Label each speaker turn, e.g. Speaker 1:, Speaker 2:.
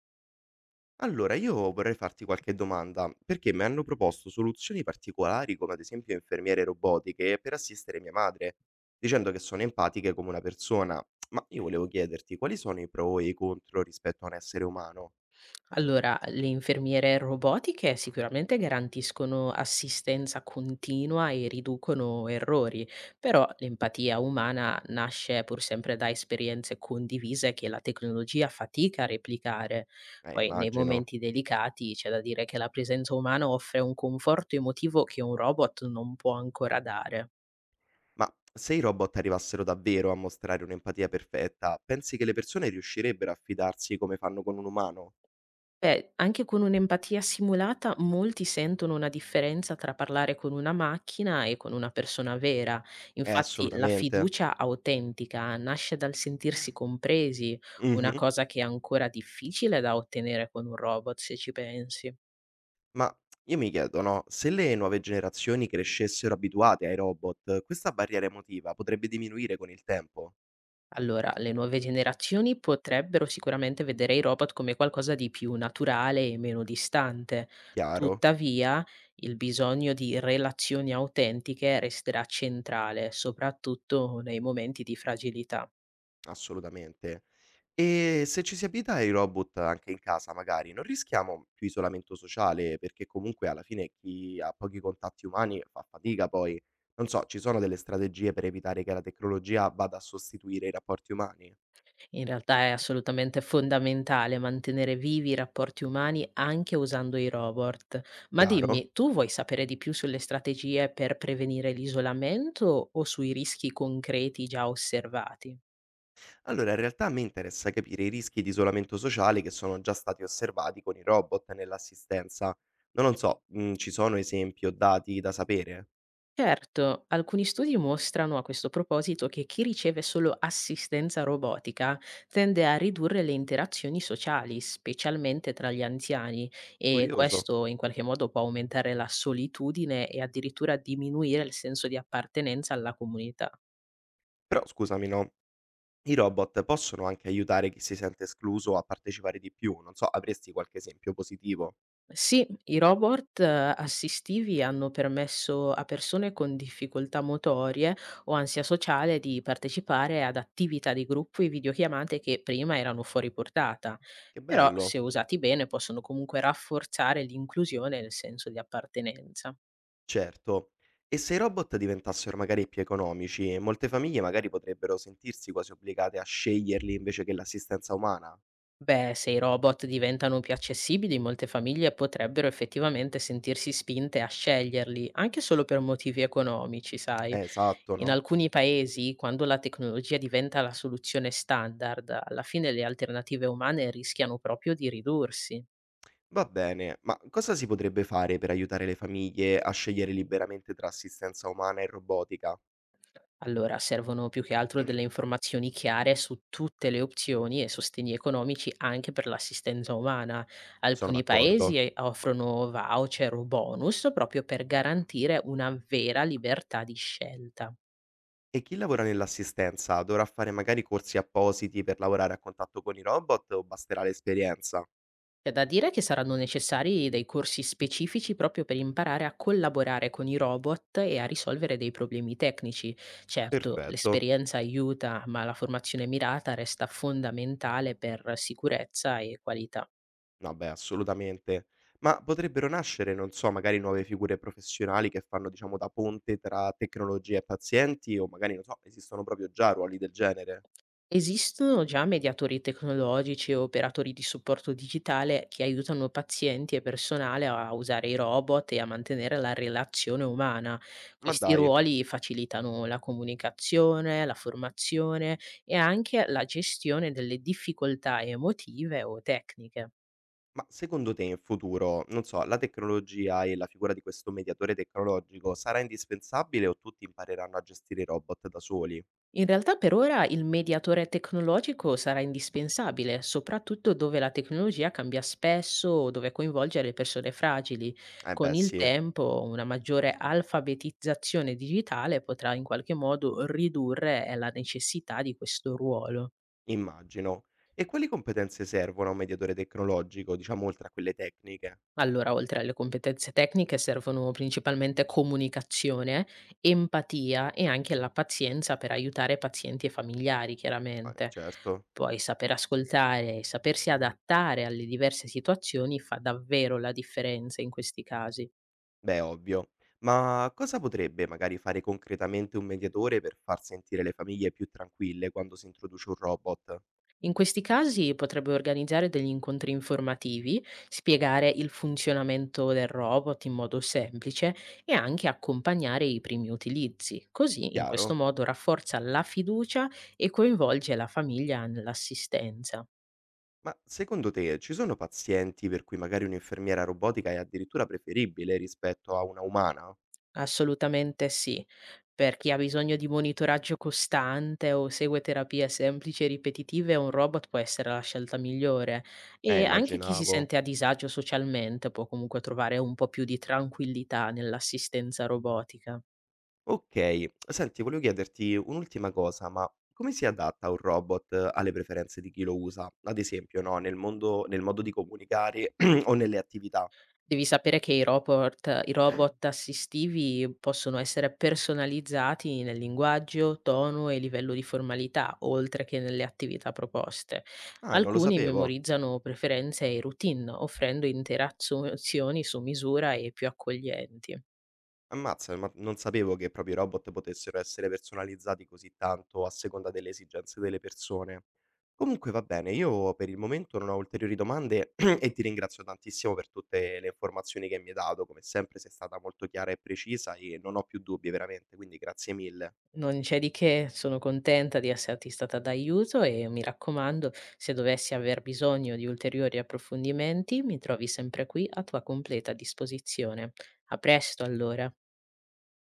Speaker 1: Allora, io vorrei farti qualche domanda, perché mi hanno proposto soluzioni particolari, come ad esempio infermiere robotiche, per assistere mia madre, dicendo che sono empatiche come una persona. Ma io volevo chiederti quali sono i pro e i contro rispetto a un essere umano?
Speaker 2: Allora, le infermiere robotiche sicuramente garantiscono assistenza continua e riducono errori, però l'empatia umana nasce pur sempre da esperienze condivise che la tecnologia fatica a replicare. Poi nei
Speaker 1: Immagino.
Speaker 2: momenti delicati c'è da dire che la presenza umana offre un conforto emotivo che un robot non può ancora dare.
Speaker 1: Ma se i robot arrivassero davvero a mostrare un'empatia perfetta, pensi che le persone riuscirebbero a fidarsi come fanno con un umano?
Speaker 2: Beh, anche con un'empatia simulata molti sentono una differenza tra parlare con una macchina e con una persona vera. Infatti la
Speaker 1: Assolutamente.
Speaker 2: fiducia autentica nasce dal sentirsi compresi, una
Speaker 1: Mhm.
Speaker 2: cosa che è ancora difficile da ottenere con un robot, se ci pensi.
Speaker 1: Ma io mi chiedo, no, se le nuove generazioni crescessero abituate ai robot, questa barriera emotiva potrebbe diminuire con il tempo?
Speaker 2: Allora, le nuove generazioni potrebbero sicuramente vedere i robot come qualcosa di più naturale e meno distante.
Speaker 1: Chiaro,
Speaker 2: Tuttavia, il bisogno di relazioni autentiche resterà centrale, soprattutto nei momenti di fragilità.
Speaker 1: assolutamente. E se ci si abita ai robot anche in casa, magari, non rischiamo più isolamento sociale, perché comunque alla fine chi ha pochi contatti umani fa fatica poi. Non so, ci sono delle strategie per evitare che la tecnologia vada a sostituire i rapporti umani?
Speaker 2: In realtà è assolutamente fondamentale mantenere vivi i rapporti umani anche usando i robot. Ma dimmi,
Speaker 1: Chiaro?
Speaker 2: tu vuoi sapere di più sulle strategie per prevenire l'isolamento o sui rischi concreti già osservati?
Speaker 1: Allora, in realtà a me interessa capire i rischi di isolamento sociale che sono già stati osservati con i robot nell'assistenza. Non lo so, ci sono esempi o dati da sapere?
Speaker 2: Certo, alcuni studi mostrano a questo proposito che chi riceve solo assistenza robotica tende a ridurre le interazioni sociali, specialmente tra gli anziani, e
Speaker 1: Curioso.
Speaker 2: questo in qualche modo può aumentare la solitudine e addirittura diminuire il senso di appartenenza alla comunità.
Speaker 1: Però scusami, no? I robot possono anche aiutare chi si sente escluso a partecipare di più, non so, avresti qualche esempio positivo?
Speaker 2: Sì, i robot assistivi hanno permesso a persone con difficoltà motorie o ansia sociale di partecipare ad attività di gruppo e videochiamate che prima erano fuori portata,
Speaker 1: Che
Speaker 2: però se
Speaker 1: bello.
Speaker 2: usati bene possono comunque rafforzare l'inclusione e il senso di appartenenza.
Speaker 1: Certo. E se i robot diventassero magari più economici, molte famiglie magari potrebbero sentirsi quasi obbligate a sceglierli invece che l'assistenza umana.
Speaker 2: Beh, se i robot diventano più accessibili, molte famiglie potrebbero effettivamente sentirsi spinte a sceglierli, anche solo per motivi economici, sai.
Speaker 1: Esatto,
Speaker 2: In
Speaker 1: no?
Speaker 2: alcuni paesi, quando la tecnologia diventa la soluzione standard, alla fine le alternative umane rischiano proprio di ridursi.
Speaker 1: Va bene, ma cosa si potrebbe fare per aiutare le famiglie a scegliere liberamente tra assistenza umana e robotica?
Speaker 2: Allora, servono più che altro delle informazioni chiare su tutte le opzioni e sostegni economici anche per l'assistenza umana.
Speaker 1: Sono
Speaker 2: Alcuni paesi
Speaker 1: d'accordo.
Speaker 2: offrono voucher o bonus proprio per garantire una vera libertà di scelta.
Speaker 1: E chi lavora nell'assistenza dovrà fare magari corsi appositi per lavorare a contatto con i robot o basterà l'esperienza?
Speaker 2: C'è da dire che saranno necessari dei corsi specifici proprio per imparare a collaborare con i robot e a risolvere dei problemi tecnici. Certo,
Speaker 1: Perfetto.
Speaker 2: l'esperienza aiuta, ma la formazione mirata resta fondamentale per sicurezza e qualità.
Speaker 1: Vabbè, assolutamente. Ma potrebbero nascere, non so, magari nuove figure professionali che fanno, diciamo, da ponte tra tecnologia e pazienti o magari, non so, esistono proprio già ruoli del genere.
Speaker 2: Esistono già mediatori tecnologici o operatori di supporto digitale che aiutano pazienti e personale a usare i robot e a mantenere la relazione umana.
Speaker 1: Ma
Speaker 2: Questi
Speaker 1: dai.
Speaker 2: ruoli facilitano la comunicazione, la formazione e anche la gestione delle difficoltà emotive o tecniche.
Speaker 1: Ma secondo te in futuro, non so, la tecnologia e la figura di questo mediatore tecnologico sarà indispensabile o tutti impareranno a gestire i robot da soli?
Speaker 2: In realtà per ora il mediatore tecnologico sarà indispensabile, soprattutto dove la tecnologia cambia spesso o dove coinvolge le persone fragili.
Speaker 1: Eh
Speaker 2: Con
Speaker 1: beh,
Speaker 2: il
Speaker 1: sì,
Speaker 2: tempo una maggiore alfabetizzazione digitale potrà in qualche modo ridurre la necessità di questo ruolo.
Speaker 1: immagino. E quali competenze servono a un mediatore tecnologico, diciamo oltre a quelle tecniche?
Speaker 2: Allora, oltre alle competenze tecniche servono principalmente comunicazione, empatia e anche la pazienza per aiutare pazienti e familiari, chiaramente.
Speaker 1: Certo,
Speaker 2: Poi saper ascoltare e sapersi adattare alle diverse situazioni fa davvero la differenza in questi casi.
Speaker 1: beh, ovvio. Ma cosa potrebbe magari fare concretamente un mediatore per far sentire le famiglie più tranquille quando si introduce un robot?
Speaker 2: In questi casi potrebbe organizzare degli incontri informativi, spiegare il funzionamento del robot in modo semplice e anche accompagnare i primi utilizzi. Così, in questo
Speaker 1: Chiaro?
Speaker 2: modo, rafforza la fiducia e coinvolge la famiglia nell'assistenza.
Speaker 1: Ma secondo te ci sono pazienti per cui magari un'infermiera robotica è addirittura preferibile rispetto a una umana?
Speaker 2: Assolutamente sì. Per chi ha bisogno di monitoraggio costante o segue terapie semplici e ripetitive, un robot può essere la scelta migliore. E anche chi si
Speaker 1: Immaginavo.
Speaker 2: sente a disagio socialmente può comunque trovare un po' più di tranquillità nell'assistenza robotica.
Speaker 1: Ok, senti, volevo chiederti un'ultima cosa, ma come si adatta un robot alle preferenze di chi lo usa? Ad esempio, no, nel mondo, nel modo di comunicare o nelle attività?
Speaker 2: Devi sapere che i robot assistivi possono essere personalizzati nel linguaggio, tono e livello di formalità, oltre che nelle attività proposte.
Speaker 1: Ah, non lo
Speaker 2: Alcuni
Speaker 1: sapevo.
Speaker 2: memorizzano preferenze e routine, offrendo interazioni su misura e più accoglienti.
Speaker 1: Ammazza, ma non sapevo che proprio i robot potessero essere personalizzati così tanto a seconda delle esigenze delle persone. Comunque va bene, io per il momento non ho ulteriori domande e ti ringrazio tantissimo per tutte le informazioni che mi hai dato. Come sempre sei stata molto chiara e precisa e non ho più dubbi veramente, quindi grazie mille.
Speaker 2: Non c'è di che, sono contenta di esserti stata d'aiuto e mi raccomando, se dovessi aver bisogno di ulteriori approfondimenti, mi trovi sempre qui a tua completa disposizione. A presto allora.